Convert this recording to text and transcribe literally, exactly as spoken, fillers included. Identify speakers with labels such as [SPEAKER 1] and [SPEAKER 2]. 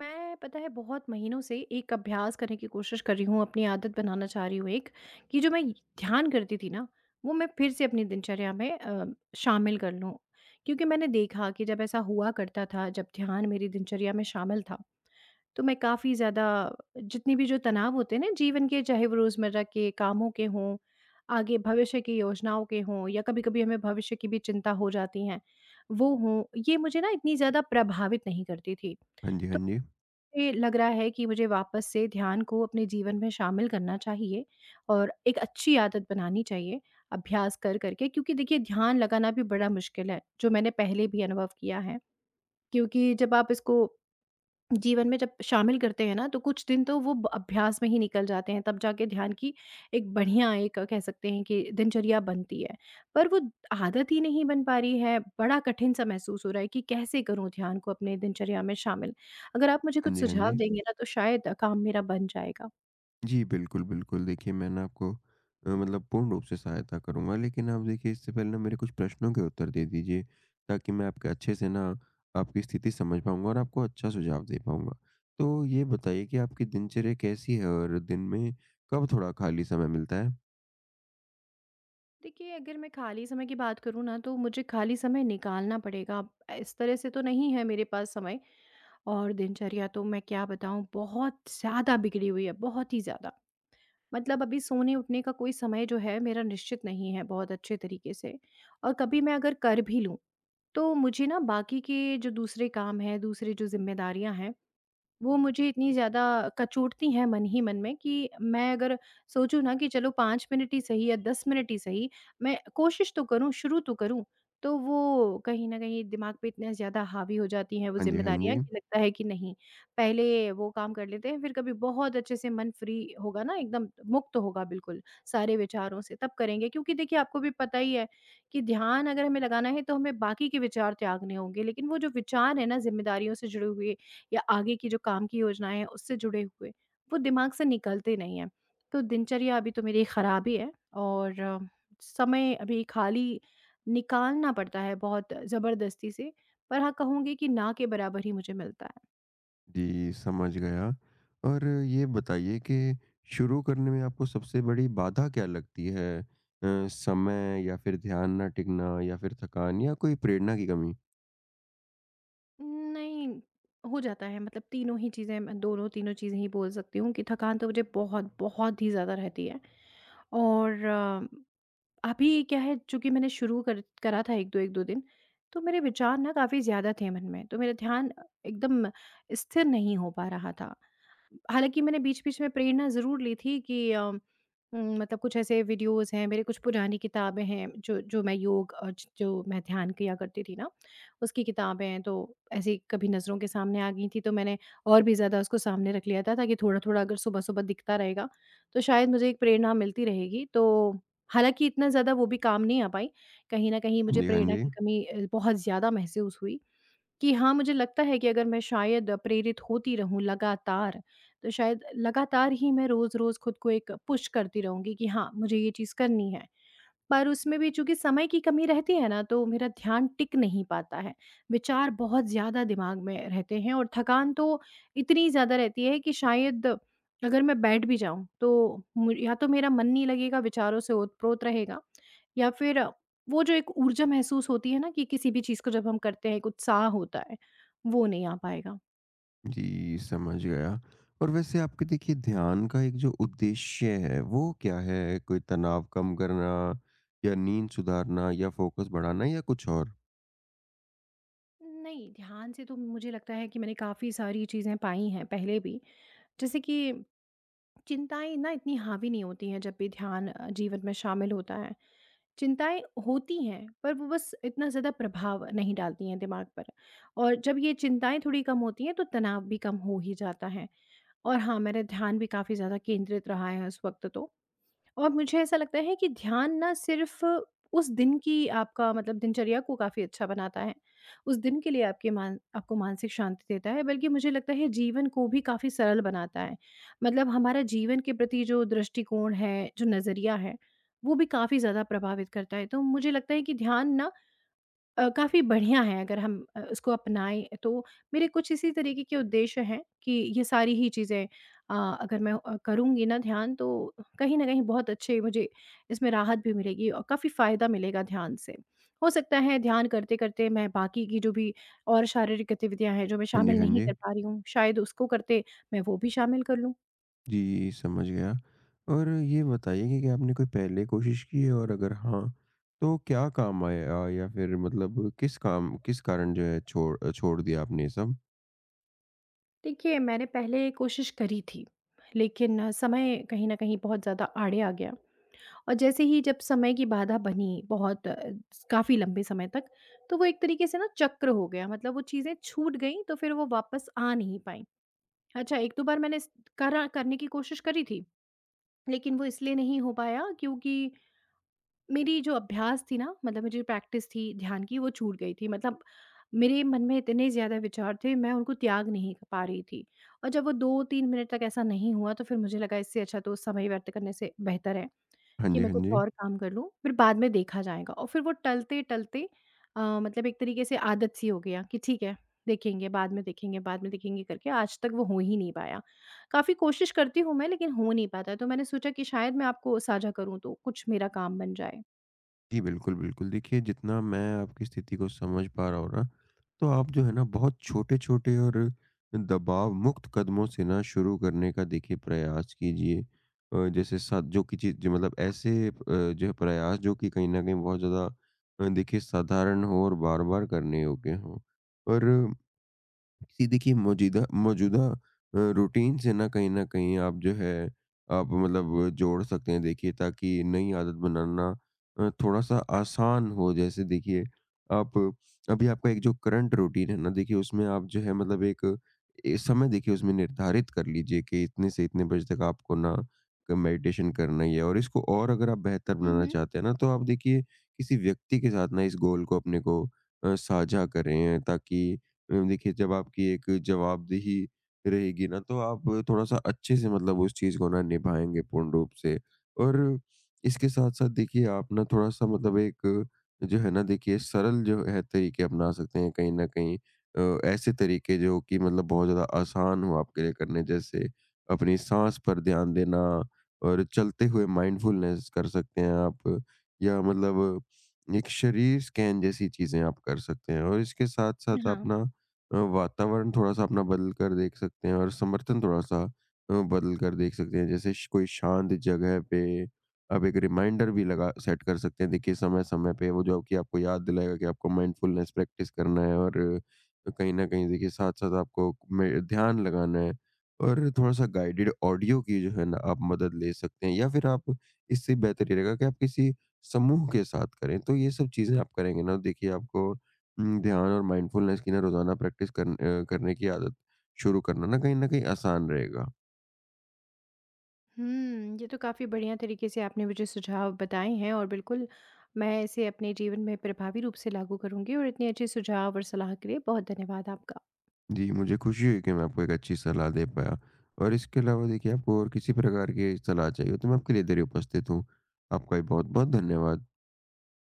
[SPEAKER 1] मैं पता है बहुत महीनों से एक अभ्यास करने की कोशिश कर रही हूँ, अपनी आदत बनाना चाह रही हूँ एक, कि जो मैं ध्यान करती थी ना, वो मैं फिर से अपनी दिनचर्या में अ, शामिल कर लूँ। क्योंकि मैंने देखा कि जब ऐसा हुआ करता था, जब ध्यान मेरी दिनचर्या में शामिल था, तो मैं काफ़ी ज़्यादा जितने भी जो तनाव होते हैं ना जीवन के, चाहे वो रोज़मर्रा के कामों के हों, आगे भविष्य की योजनाओं के हों या कभी-कभी हमें भविष्य की भी चिंता हो जाती हैं, वो हों, ये मुझे ना इतनी ज़्यादा प्रभावित नहीं करती थी। तो
[SPEAKER 2] हाँ जी, हाँ जी।
[SPEAKER 1] मुझे लग रहा है कि मुझे वापस से ध्यान को अपने जीवन में शामिल करना चाहिए और एक अच्छी आदत बनानी चाहिए अभ्यास कर करके, क्योंकि देखिए ध्यान लगाना भी बड़ा मुश्किल है जो मैंने पहले भी अनुभव किया है। क्योंकि जब आप इसको जीवन में जब शामिल करते हैं ना, तो कुछ दिन तो वो ब- अभ्यास में ही निकल जाते हैं, तब जाके ध्यान की एक बढ़िया एक अ, कह सकते हैं कि दिनचर्या बनती है। पर वो आदत ही नहीं बन पा रही है, बड़ा कठिन सा महसूस हो रहा है कि कैसे करूं ध्यान को अपने दिनचर्या में शामिल। अगर आप मुझे
[SPEAKER 2] हाँ
[SPEAKER 1] कुछ
[SPEAKER 2] जी, हाँ
[SPEAKER 1] सुझाव
[SPEAKER 2] जी।
[SPEAKER 1] देंगे ना, तो शायद अ, काम मेरा बन जाएगा।
[SPEAKER 2] जी, बिल्कुल, बिल्कुल। देखिए, मैं ना आपको अ, मतलब पूर्ण रूप से सहायता करूँगा, लेकिन आप देखिए, इससे पहले ना मेरे कुछ प्रश्नों के उत्तर दे दीजिए, ताकि मैं आपके अच्छे से ना आपकी स्थिति समझ पाऊँगा और आपको अच्छा सुझाव दे पाऊँगा। तो ये बताइए कि आपकी दिनचर्या कैसी है और दिन में कब थोड़ा खाली समय मिलता है?
[SPEAKER 1] देखिए अगर मैं खाली समय की बात करूँ ना, तो मुझे खाली समय निकालना पड़ेगा। इस तरह से तो नहीं है मेरे पास समय। और दिनचर्या तो मैं क्या बताऊँ, बहुत ज़्यादा बिगड़ी हुई है, बहुत ही ज़्यादा। मतलब अभी सोने-उठने का कोई समय जो है मेरा निश्चित नहीं है बहुत अच्छे तरीके से। और कभी मैं अगर कर भी लूँ, तो मुझे ना बाकी के जो दूसरे काम हैं, दूसरी जो ज़िम्मेदारियाँ हैं, वो मुझे इतनी ज़्यादा कचोटती हैं मन ही मन में कि मैं अगर सोचूँ ना कि चलो पाँच मिनट ही सही या दस मिनट ही सही, मैं कोशिश तो करूँ, शुरू तो करूँ, तो वो कहीं न कहीं दिमाग पे इतना ज़्यादा हावी हो जाती हैं वो
[SPEAKER 2] हाँ जी, हाँ
[SPEAKER 1] ज़िम्मेदारियाँ
[SPEAKER 2] जी।
[SPEAKER 1] कि लगता है कि नहीं, पहले वो काम कर लेते हैं, फिर कभी बहुत अच्छे से मन फ्री होगा ना एकदम, मुक्त होगा बिल्कुल सारे विचारों से, तब करेंगे। क्योंकि देखिए आपको भी पता ही है कि ध्यान अगर हमें लगाना है तो हमें बाकी के विचार त्यागने होंगे, लेकिन वो जो विचार हैं ना ज़िम्मेदारियों से जुड़े हुए या आगे की जो काम की योजनाएँ हैं उससे जुड़े हुए, वो दिमाग से निकलते नहीं हैं। तो दिनचर्या अभी तो मेरी खराब ही है और अ, समय अभी खाली निकालना पड़ता है बहुत ज़बरदस्ती से, पर हाँ कहूँगी कि ना के बराबर ही मुझे मिलता है।
[SPEAKER 2] जी, समझ गया। और ये बताइए कि शुरू करने में आपको सबसे बड़ी बाधा क्या लगती है? अ, समय, या फिर ध्यान ना टिकना, या फिर थकान, या कोई प्रेरणा की कमी?
[SPEAKER 1] नहीं, हो जाता है, मतलब तीनों ही चीज़ें, मैं दोनों तीनों चीज़ें ही बोल सकती हूँ कि थकान तो मुझे बहुत, बहुत ही ज़्यादा रहती है। और अभी क्या है, चूँकि मैंने शुरू कर करा था एक-दो एक-दो दिन, तो मेरे विचार ना काफ़ी ज़्यादा थे मन में, तो मेरा ध्यान एकदम स्थिर नहीं हो पा रहा था। हालाँकि मैंने बीच-बीच में प्रेरणा ज़रूर ली थी कि अ, उम, मतलब कुछ ऐसे वीडियोज़ हैं, मेरे कुछ पुरानी किताबें हैं, जो जो मैं योग अ, ज जो मैं ध्यान किया करती थी ना, उसकी किताबें हैं, तो ऐसे ही कभी नज़रों के सामने आ गई थी, तो मैंने और भी ज़्यादा उसको सामने रख लिया था, ताकि थोड़ा-थोड़ा अगर सुबह-सुबह दिखता रहेगा, तो शायद मुझे एक प्रेरणा मिलती रहेगी। तो हालाँकि इतना ज़्यादा वो भी काम नहीं आ पाई, कहीं न कहीं
[SPEAKER 2] हाँ
[SPEAKER 1] मुझे
[SPEAKER 2] जी, हाँ
[SPEAKER 1] प्रेरणा
[SPEAKER 2] जी।
[SPEAKER 1] की कमी अ, बहुत ज़्यादा महसूस हुई। कि हाँ, मुझे लगता है कि अगर मैं शायद प्रेरित होती रहूँ लगातार, तो शायद लगातार ही मैं रोज़-रोज़ खुद को एक पुश करती रहूँगी कि हाँ, मुझे ये चीज़ करनी है। पर उसमें भी चूँकि समय की कमी रहती है ना, तो मेरा ध्यान टिक नहीं पाता है। विचार बहुत ज़्यादा दिमाग में रहते हैं और थकान तो इतनी ज़्यादा रहती है कि शायद अगर मैं बैठ भी जाऊँ, तो मु या तो मेरा मन नहीं लगेगा, विचारों से ओत-प्रोत रहेगा, या फिर अ, वो जो एक ऊर्जा महसूस होती है ना कि किसी भी चीज़ को जब हम करते हैं, एक उत्साह होता है, वो नहीं आ पाएगा।
[SPEAKER 2] जी, समझ गया। और वैसे आपके, देखिए, ध्यान का एक जो उद्देश्य है, वो क्या है? कोई तनाव कम करना, या नींद सुधारना, या फ़ोकस बढ़ाना, या कुछ और?
[SPEAKER 1] नहीं, ध्यान से तो मुझे लगता है कि मैंने काफ़ी सारी चीज़ें पाई हैं पहले भी। जैसे कि चिंताएँ ना इतनी हावी नहीं होती हैं जब भी ध्यान अ, जीवन में शामिल होता है। चिंताएँ होती हैं, पर वो बस इतना ज़्यादा प्रभाव नहीं डालती हैं दिमाग पर, और जब ये चिंताएँ थोड़ी कम होती हैं, तो तनाव भी कम हो ही जाता है। और हाँ, मेरा ध्यान भी काफ़ी ज़्यादा केंद्रित रहा है उस वक़्त तो। और मुझे ऐसा लगता है कि ध्यान ना सिर्फ उस दिन की आपका मतलब दिनचर्या को काफ़ी अच्छा बनाता है, उस दिन के लिए आपके मान आपको मानसिक शांति देता है, बल्कि मुझे लगता है जीवन को भी काफ़ी सरल बनाता है। मतलब हमारा जीवन के प्रति जो दृष्टिकोण है, जो नज़रिया है, वो भी काफ़ी ज़्यादा प्रभावित करता है। तो मुझे लगता है कि ध्यान ना अ, काफ़ी बढ़िया है अगर हम अ, उसको अपनाएँ तो। मेरे कुछ इसी तरीके के उद्देश्य हैं कि ये सारी ही चीज़ें अ, अगर मैं अ, करूँगी ना ध्यान, तो कहीं न कहीं बहुत अच्छे मुझे इसमें राहत भी मिलेगी और काफ़ी फ़ायदा मिलेगा ध्यान से। हो सकता है ध्यान करते-करते मैं बाकी की जो भी और शारीरिक गतिविधियाँ हैं जो मैं
[SPEAKER 2] हाँ जी,
[SPEAKER 1] शामिल
[SPEAKER 2] हाँ
[SPEAKER 1] नहीं
[SPEAKER 2] जी।
[SPEAKER 1] कर पा रही हूँ, शायद उसको करते मैं वो भी शामिल कर लूँ।
[SPEAKER 2] जी, समझ गया। और ये बताइए कि क्या आपने कोई पहले कोशिश की है, और अगर हाँ, तो क्या काम आया, या फिर मतलब किस काम, किस कारण जो है छोड़ अ, छोड़ दिया आपने ये सब?
[SPEAKER 1] देखिए मैंने पहले कोशिश करी थी, लेकिन अ, समय कहीं न कहीं बहुत ज़्यादा आड़े आ गया, और जैसे ही जब समय की बाधा बनी बहुत अ, काफ़ी लंबे समय तक, तो वो एक तरीके से ना चक्र हो गया, मतलब वो चीज़ें छूट गईं, तो फिर वो वापस आ नहीं पाईं। अच्छा एक-दो बार मैंने स करा करने की कोशिश करी थी, लेकिन वो इसलिए नहीं हो पाया क्योंकि मेरी जो अभ्यास थी ना मतलब मेरी जो प्रैक्टिस थी ध्यान की, वो छूट गई थी। मतलब मेरे मन में इतने ज़्यादा विचार थे, मैं उनको त्याग नहीं क पा रही थी, और जब वो दो-तीन मिनट तक ऐसा नहीं हुआ, तो फिर मुझे लगा इससे अच्छा तो समय व्यर्थ करने से बेहतर है
[SPEAKER 2] हाँ
[SPEAKER 1] कि
[SPEAKER 2] जी,
[SPEAKER 1] मैं
[SPEAKER 2] हाँ
[SPEAKER 1] कुछ
[SPEAKER 2] जी।
[SPEAKER 1] और काम कर लूँ, फिर बाद में देखा जाएगा, और फिर वो टलते-टलते अ, मतलब एक तरीके से आदत सी हो गया कि ठीक है, देखेंगे, बाद में देखेंगे, बाद में देखेंगे करके आज तक वो हो ही नहीं पाया। काफ़ी कोशिश करती हूँ मैं, लेकिन हो नहीं पाता, तो मैंने सोचा कि शायद मैं आपको साझा करूँ तो कुछ मेरा काम बन जाए।
[SPEAKER 2] जी, बिल्कुल, बिल्कुल। देखिए, जितना मैं आपकी स्थिति को समझ पा रहा हूँ ना, तो आप जो है ना बहुत छोटे-छोटे और दबाव मुक्त कदमों से ना शुरू करने का, देखिए, प्रयास कीजिए। अ, जैसे साथ जो कि चीज़ जो मतलब ऐसे, अ, जो है प्रयास जो कि कहीं न कहीं बहुत ज़्यादा अ, देखिए साधारण हो और बार-बार करने योग्य हों। और किसी देखिए मौजूदा मौजूदा अ, रूटीन से ना कहीं न कहीं आप जो है, आप मतलब जोड़ सकते हैं, देखिए, ताकि नई आदत बनाना अ, थोड़ा-सा आसान हो। जैसे देखिए, आप अभी, आपका एक जो करंट रूटीन है ना, देखिए, उसमें आप जो है मतलब एक ए, समय, देखिए, उसमें निर्धारित कर लीजिए कि इतने से इतने बजे तक आपको ना क मेडिटेशन करना ही है। और इसको और अगर आप बेहतर
[SPEAKER 1] हुँ,
[SPEAKER 2] बनाना
[SPEAKER 1] हुँ।
[SPEAKER 2] चाहते हैं ना, तो आप देखिए किसी व्यक्ति के साथ ना इस गोल को अपने को अ, साझा करें, ताकि अ, देखिए, जब आपकी एक जवाबदेही रहेगी ना, तो आप थोड़ा सा अच्छे से मतलब उस चीज़ को ना निभाएँगे पूर्ण रूप से। और इसके साथ-साथ देखिए, आप ना थोड़ा-सा मतलब एक जो है ना, देखिए, सरल जो है तरीके अपना सकते हैं कहीं न कहीं। अ, ऐसे तरीके जो कि मतलब बहुत ज़्यादा आसान हो आपके लिए करने, जैसे अपनी साँस पर ध्यान देना और चलते हुए माइंडफुलनेस कर सकते हैं आप, या मतलब एक शरीर स्कैन जैसी चीज़ें आप कर सकते हैं। और इसके साथ-साथ आप
[SPEAKER 1] हाँ।
[SPEAKER 2] ना अ, वातावरण थोड़ा-सा अपना बदल कर देख सकते हैं, और समर्थन थोड़ा-सा अ, बदल कर देख सकते हैं। जैसे श कोई शांत जगह पे आप एक रिमाइंडर भी लगा, सेट कर सकते हैं, देखिए, समय-समय पे, वो जो कि आपको याद दिलाएगा कि आपको माइंडफुलनेस प्रैक्टिस करना है। और अ, कहीं न कहीं देखिए साथ-साथ आपको में ध्यान लगाना है, और थोड़ा-सा गाइडेड ऑडियो की जो है ना, आप मदद ले सकते हैं, या फिर आप, इससे बेहतर ये रहेगा कि आप किसी समूह के साथ करें। तो ये सब चीज़ें आप करेंगे ना, देखिए, आपको हुँ, ध्यान और माइंडफुलनेस की ना रोज़ाना प्रैक्टिस करन अ, करने की आदत शुरू करना ना कहीं न कहीं आसान रहेगा।
[SPEAKER 1] हुँ, ये तो काफ़ी बढ़िया तरीके से आपने मुझे सुझाव बताए हैं, और बिल्कुल मैं इसे अपने जीवन में प्रभावी रूप से लागू करूँगी, और इतने अच्छे सुझाव और सलाह के लिए बहुत धन्यवाद आपका।
[SPEAKER 2] जी, मुझे खुशी हुई कि मैं आपको एक अच्छी सलाह दे पाया, और इसके अलावा देखिए, आपको और किसी प्रकार की सलाह चाहिए हो, तो मैं आपके लिए इधर ही उपस्थित हूँ। आपका भी बहुत-बहुत धन्यवाद।